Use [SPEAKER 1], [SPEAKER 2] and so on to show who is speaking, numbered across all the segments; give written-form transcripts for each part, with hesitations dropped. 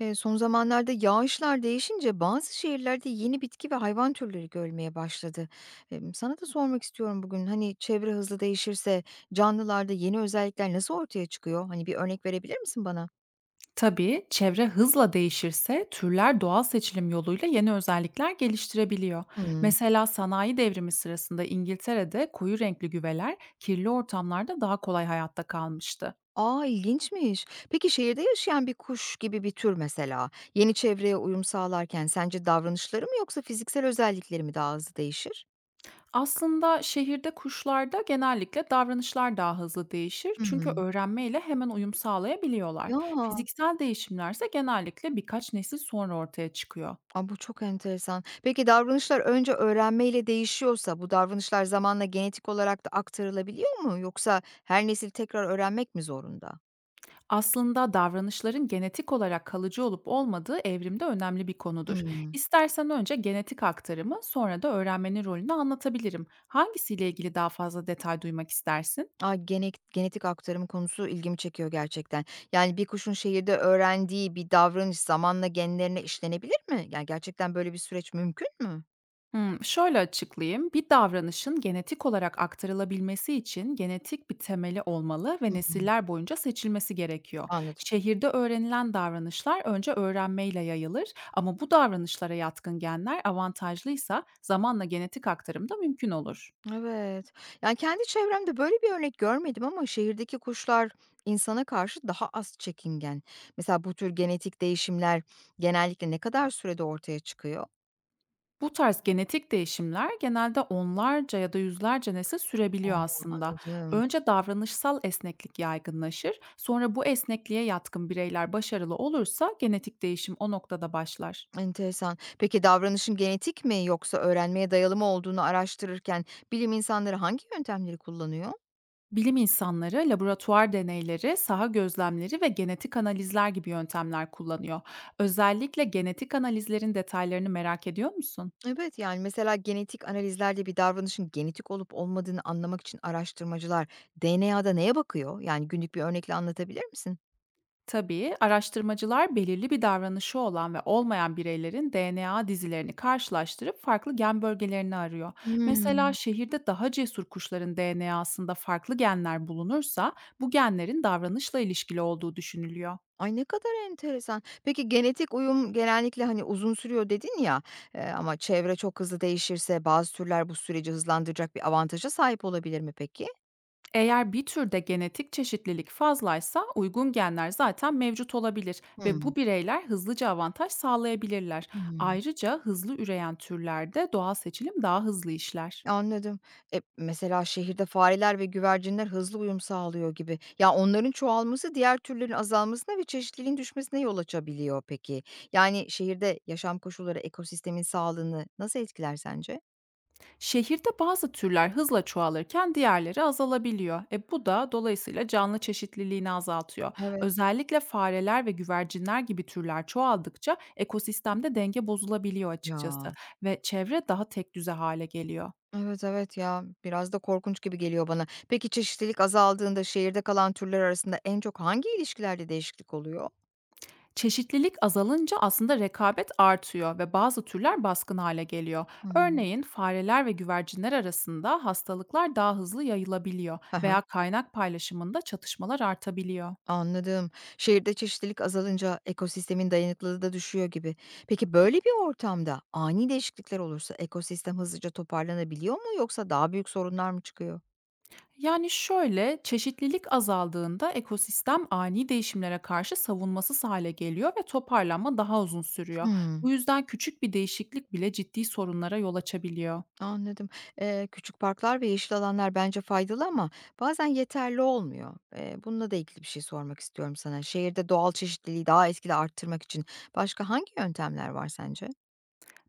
[SPEAKER 1] Son zamanlarda yağışlar değişince bazı şehirlerde yeni bitki ve hayvan türleri görülmeye başladı. Sana da sormak istiyorum bugün, hani, çevre hızlı değişirse canlılarda yeni özellikler nasıl ortaya çıkıyor? Hani, bir örnek verebilir misin bana?
[SPEAKER 2] Tabii, çevre hızla değişirse türler doğal seçilim yoluyla yeni özellikler geliştirebiliyor.
[SPEAKER 1] Hımm.
[SPEAKER 2] Mesela sanayi devrimi sırasında İngiltere'de koyu renkli güveler kirli ortamlarda daha kolay hayatta kalmıştı.
[SPEAKER 1] A, ilginçmiş. Peki şehirde yaşayan bir kuş gibi bir tür mesela yeni çevreye uyum sağlarken sence davranışları mı yoksa fiziksel özellikleri mi daha hızlı değişir?
[SPEAKER 2] Aslında şehirde kuşlarda genellikle davranışlar daha hızlı değişir, çünkü
[SPEAKER 1] Hımm.
[SPEAKER 2] öğrenmeyle hemen uyum sağlayabiliyorlar.
[SPEAKER 1] Ya!
[SPEAKER 2] Fiziksel değişimlerse genellikle birkaç nesil sonra ortaya çıkıyor.
[SPEAKER 1] A, bu çok enteresan. Peki davranışlar önce öğrenmeyle değişiyorsa bu davranışlar zamanla genetik olarak da aktarılabiliyor mu? Yoksa her nesil tekrar öğrenmek mi zorunda?
[SPEAKER 2] Aslında davranışların genetik olarak kalıcı olup olmadığı evrimde önemli bir konudur.
[SPEAKER 1] Hımm.
[SPEAKER 2] İstersen önce genetik aktarımı, sonra da öğrenmenin rolünü anlatabilirim. Hangisiyle ilgili daha fazla detay duymak istersin?
[SPEAKER 1] A, genetik aktarım konusu ilgimi çekiyor gerçekten. Yani bir kuşun şehirde öğrendiği bir davranış zamanla genlerine işlenebilir mi? Yani gerçekten böyle bir süreç mümkün mü?
[SPEAKER 2] Şöyle açıklayayım. Bir davranışın genetik olarak aktarılabilmesi için genetik bir temeli olmalı ve
[SPEAKER 1] Hımm.
[SPEAKER 2] nesiller boyunca seçilmesi gerekiyor.
[SPEAKER 1] Anladım.
[SPEAKER 2] Şehirde öğrenilen davranışlar önce öğrenmeyle yayılır, ama bu davranışlara yatkın genler avantajlıysa zamanla genetik aktarım da mümkün olur.
[SPEAKER 1] Evet. Yani, kendi çevremde böyle bir örnek görmedim ama şehirdeki kuşlar insana karşı daha az çekingen. Mesela bu tür genetik değişimler genellikle ne kadar sürede ortaya çıkıyor?
[SPEAKER 2] Bu tarz genetik değişimler genelde onlarca ya da yüzlerce nesil
[SPEAKER 1] A,
[SPEAKER 2] sürebiliyor aslında.
[SPEAKER 1] anladım.
[SPEAKER 2] Önce davranışsal esneklik yaygınlaşır, sonra bu esnekliğe yatkın bireyler başarılı olursa genetik değişim o noktada başlar.
[SPEAKER 1] Enteresan. Peki davranışın genetik mi yoksa öğrenmeye dayalı mı olduğunu araştırırken bilim insanları hangi yöntemleri kullanıyor?
[SPEAKER 2] Bilim insanları laboratuvar deneyleri, saha gözlemleri ve genetik analizler gibi yöntemler kullanıyor. Özellikle genetik analizlerin detaylarını merak ediyor musun?
[SPEAKER 1] Evet, yani, mesela genetik analizlerde bir davranışın genetik olup olmadığını anlamak için araştırmacılar DNA'da neye bakıyor? Yani, günlük bir örnekle anlatabilir misin?
[SPEAKER 2] Tabii, araştırmacılar belirli bir davranışı olan ve olmayan bireylerin DNA dizilerini karşılaştırıp farklı gen bölgelerini arıyor.
[SPEAKER 1] Hıı.
[SPEAKER 2] Mesela şehirde daha cesur kuşların DNA'sında farklı genler bulunursa, bu genlerin davranışla ilişkili olduğu düşünülüyor.
[SPEAKER 1] Ay, ne kadar enteresan. Peki, genetik uyum genellikle, hani, uzun sürüyor dedin ya, ama çevre çok hızlı değişirse bazı türler bu süreci hızlandıracak bir avantaja sahip olabilir mi peki?
[SPEAKER 2] Eğer bir türde genetik çeşitlilik fazlaysa uygun genler zaten mevcut olabilir ve
[SPEAKER 1] Hımm.
[SPEAKER 2] bu bireyler hızlıca avantaj sağlayabilirler.
[SPEAKER 1] Hımm.
[SPEAKER 2] Ayrıca hızlı üreyen türlerde doğal seçilim daha hızlı işler.
[SPEAKER 1] Anladım. E, mesela şehirde fareler ve güvercinler hızlı uyum sağlıyor gibi. Ya, onların çoğalması diğer türlerin azalmasına ve çeşitliliğin düşmesine yol açabiliyor peki. Yani şehirde yaşam koşulları ekosistemin sağlığını nasıl etkiler sence?
[SPEAKER 2] Şehirde bazı türler hızla çoğalırken diğerleri azalabiliyor. E bu da dolayısıyla canlı çeşitliliğini azaltıyor.
[SPEAKER 1] Evet.
[SPEAKER 2] Özellikle fareler ve güvercinler gibi türler çoğaldıkça ekosistemde denge bozulabiliyor
[SPEAKER 1] Ya.
[SPEAKER 2] açıkçası, ve çevre daha tek düze hale geliyor.
[SPEAKER 1] Evet, evet ya, biraz da korkunç gibi geliyor bana. Peki çeşitlilik azaldığında şehirde kalan türler arasında en çok hangi ilişkilerde değişiklik oluyor?
[SPEAKER 2] Çeşitlilik azalınca aslında rekabet artıyor ve bazı türler baskın hale geliyor.
[SPEAKER 1] Hımm.
[SPEAKER 2] Örneğin fareler ve güvercinler arasında hastalıklar daha hızlı yayılabiliyor
[SPEAKER 1] Hı hı.
[SPEAKER 2] veya kaynak paylaşımında çatışmalar artabiliyor.
[SPEAKER 1] Anladım. Şehirde çeşitlilik azalınca ekosistemin dayanıklılığı da düşüyor gibi. Peki böyle bir ortamda ani değişiklikler olursa ekosistem hızlıca toparlanabiliyor mu yoksa daha büyük sorunlar mı çıkıyor?
[SPEAKER 2] Yani şöyle, çeşitlilik azaldığında ekosistem ani değişimlere karşı savunmasız hale geliyor ve toparlanma daha uzun sürüyor.
[SPEAKER 1] Hımm.
[SPEAKER 2] Bu yüzden küçük bir değişiklik bile ciddi sorunlara yol açabiliyor.
[SPEAKER 1] Anladım. Küçük parklar ve yeşil alanlar bence faydalı ama bazen yeterli olmuyor. Bununla da ilgili bir şey sormak istiyorum sana. Şehirde doğal çeşitliliği daha etkili arttırmak için başka hangi yöntemler var sence?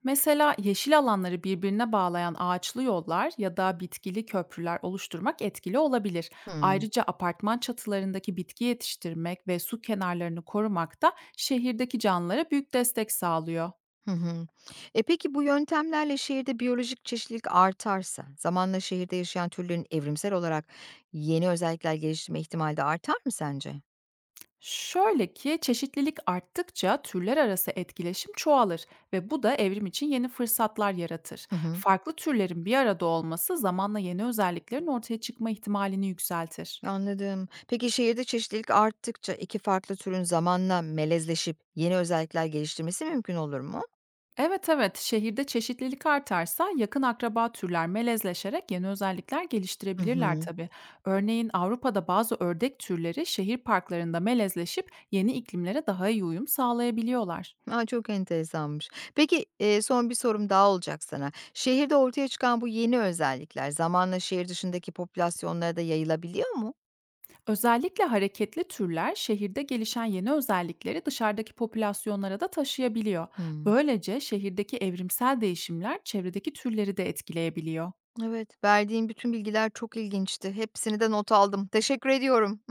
[SPEAKER 2] Mesela yeşil alanları birbirine bağlayan ağaçlı yollar ya da bitkili köprüler oluşturmak etkili olabilir.
[SPEAKER 1] Hmm.
[SPEAKER 2] Ayrıca apartman çatılarındaki bitki yetiştirmek ve su kenarlarını korumak da şehirdeki canlılara büyük destek sağlıyor.
[SPEAKER 1] Hı hı. E peki bu yöntemlerle şehirde biyolojik çeşitlilik artarsa, zamanla şehirde yaşayan türlerin evrimsel olarak yeni özellikler geliştirme ihtimali de artar mı sence?
[SPEAKER 2] Şöyle ki, çeşitlilik arttıkça türler arası etkileşim çoğalır ve bu da evrim için yeni fırsatlar yaratır.
[SPEAKER 1] Hı hı.
[SPEAKER 2] Farklı türlerin bir arada olması zamanla yeni özelliklerin ortaya çıkma ihtimalini yükseltir.
[SPEAKER 1] Anladım. Peki şehirde çeşitlilik arttıkça 2 farklı türün zamanla melezleşip yeni özellikler geliştirmesi mümkün olur mu?
[SPEAKER 2] Evet evet, şehirde çeşitlilik artarsa yakın akraba türler melezleşerek yeni özellikler
[SPEAKER 1] Hı
[SPEAKER 2] geliştirebilirler
[SPEAKER 1] hı.
[SPEAKER 2] tabii. Örneğin Avrupa'da bazı ördek türleri şehir parklarında melezleşip yeni iklimlere daha iyi uyum sağlayabiliyorlar.
[SPEAKER 1] Aa çok enteresanmış. Peki, son bir sorum daha olacak sana. Şehirde ortaya çıkan bu yeni özellikler zamanla şehir dışındaki popülasyonlara da yayılabiliyor mu?
[SPEAKER 2] Özellikle hareketli türler şehirde gelişen yeni özellikleri dışarıdaki popülasyonlara da taşıyabiliyor.
[SPEAKER 1] Hımm.
[SPEAKER 2] Böylece şehirdeki evrimsel değişimler çevredeki türleri de etkileyebiliyor.
[SPEAKER 1] Evet, verdiğin bütün bilgiler çok ilginçti. Hepsini de not aldım. Teşekkür ediyorum.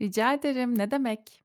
[SPEAKER 2] Rica ederim, ne demek?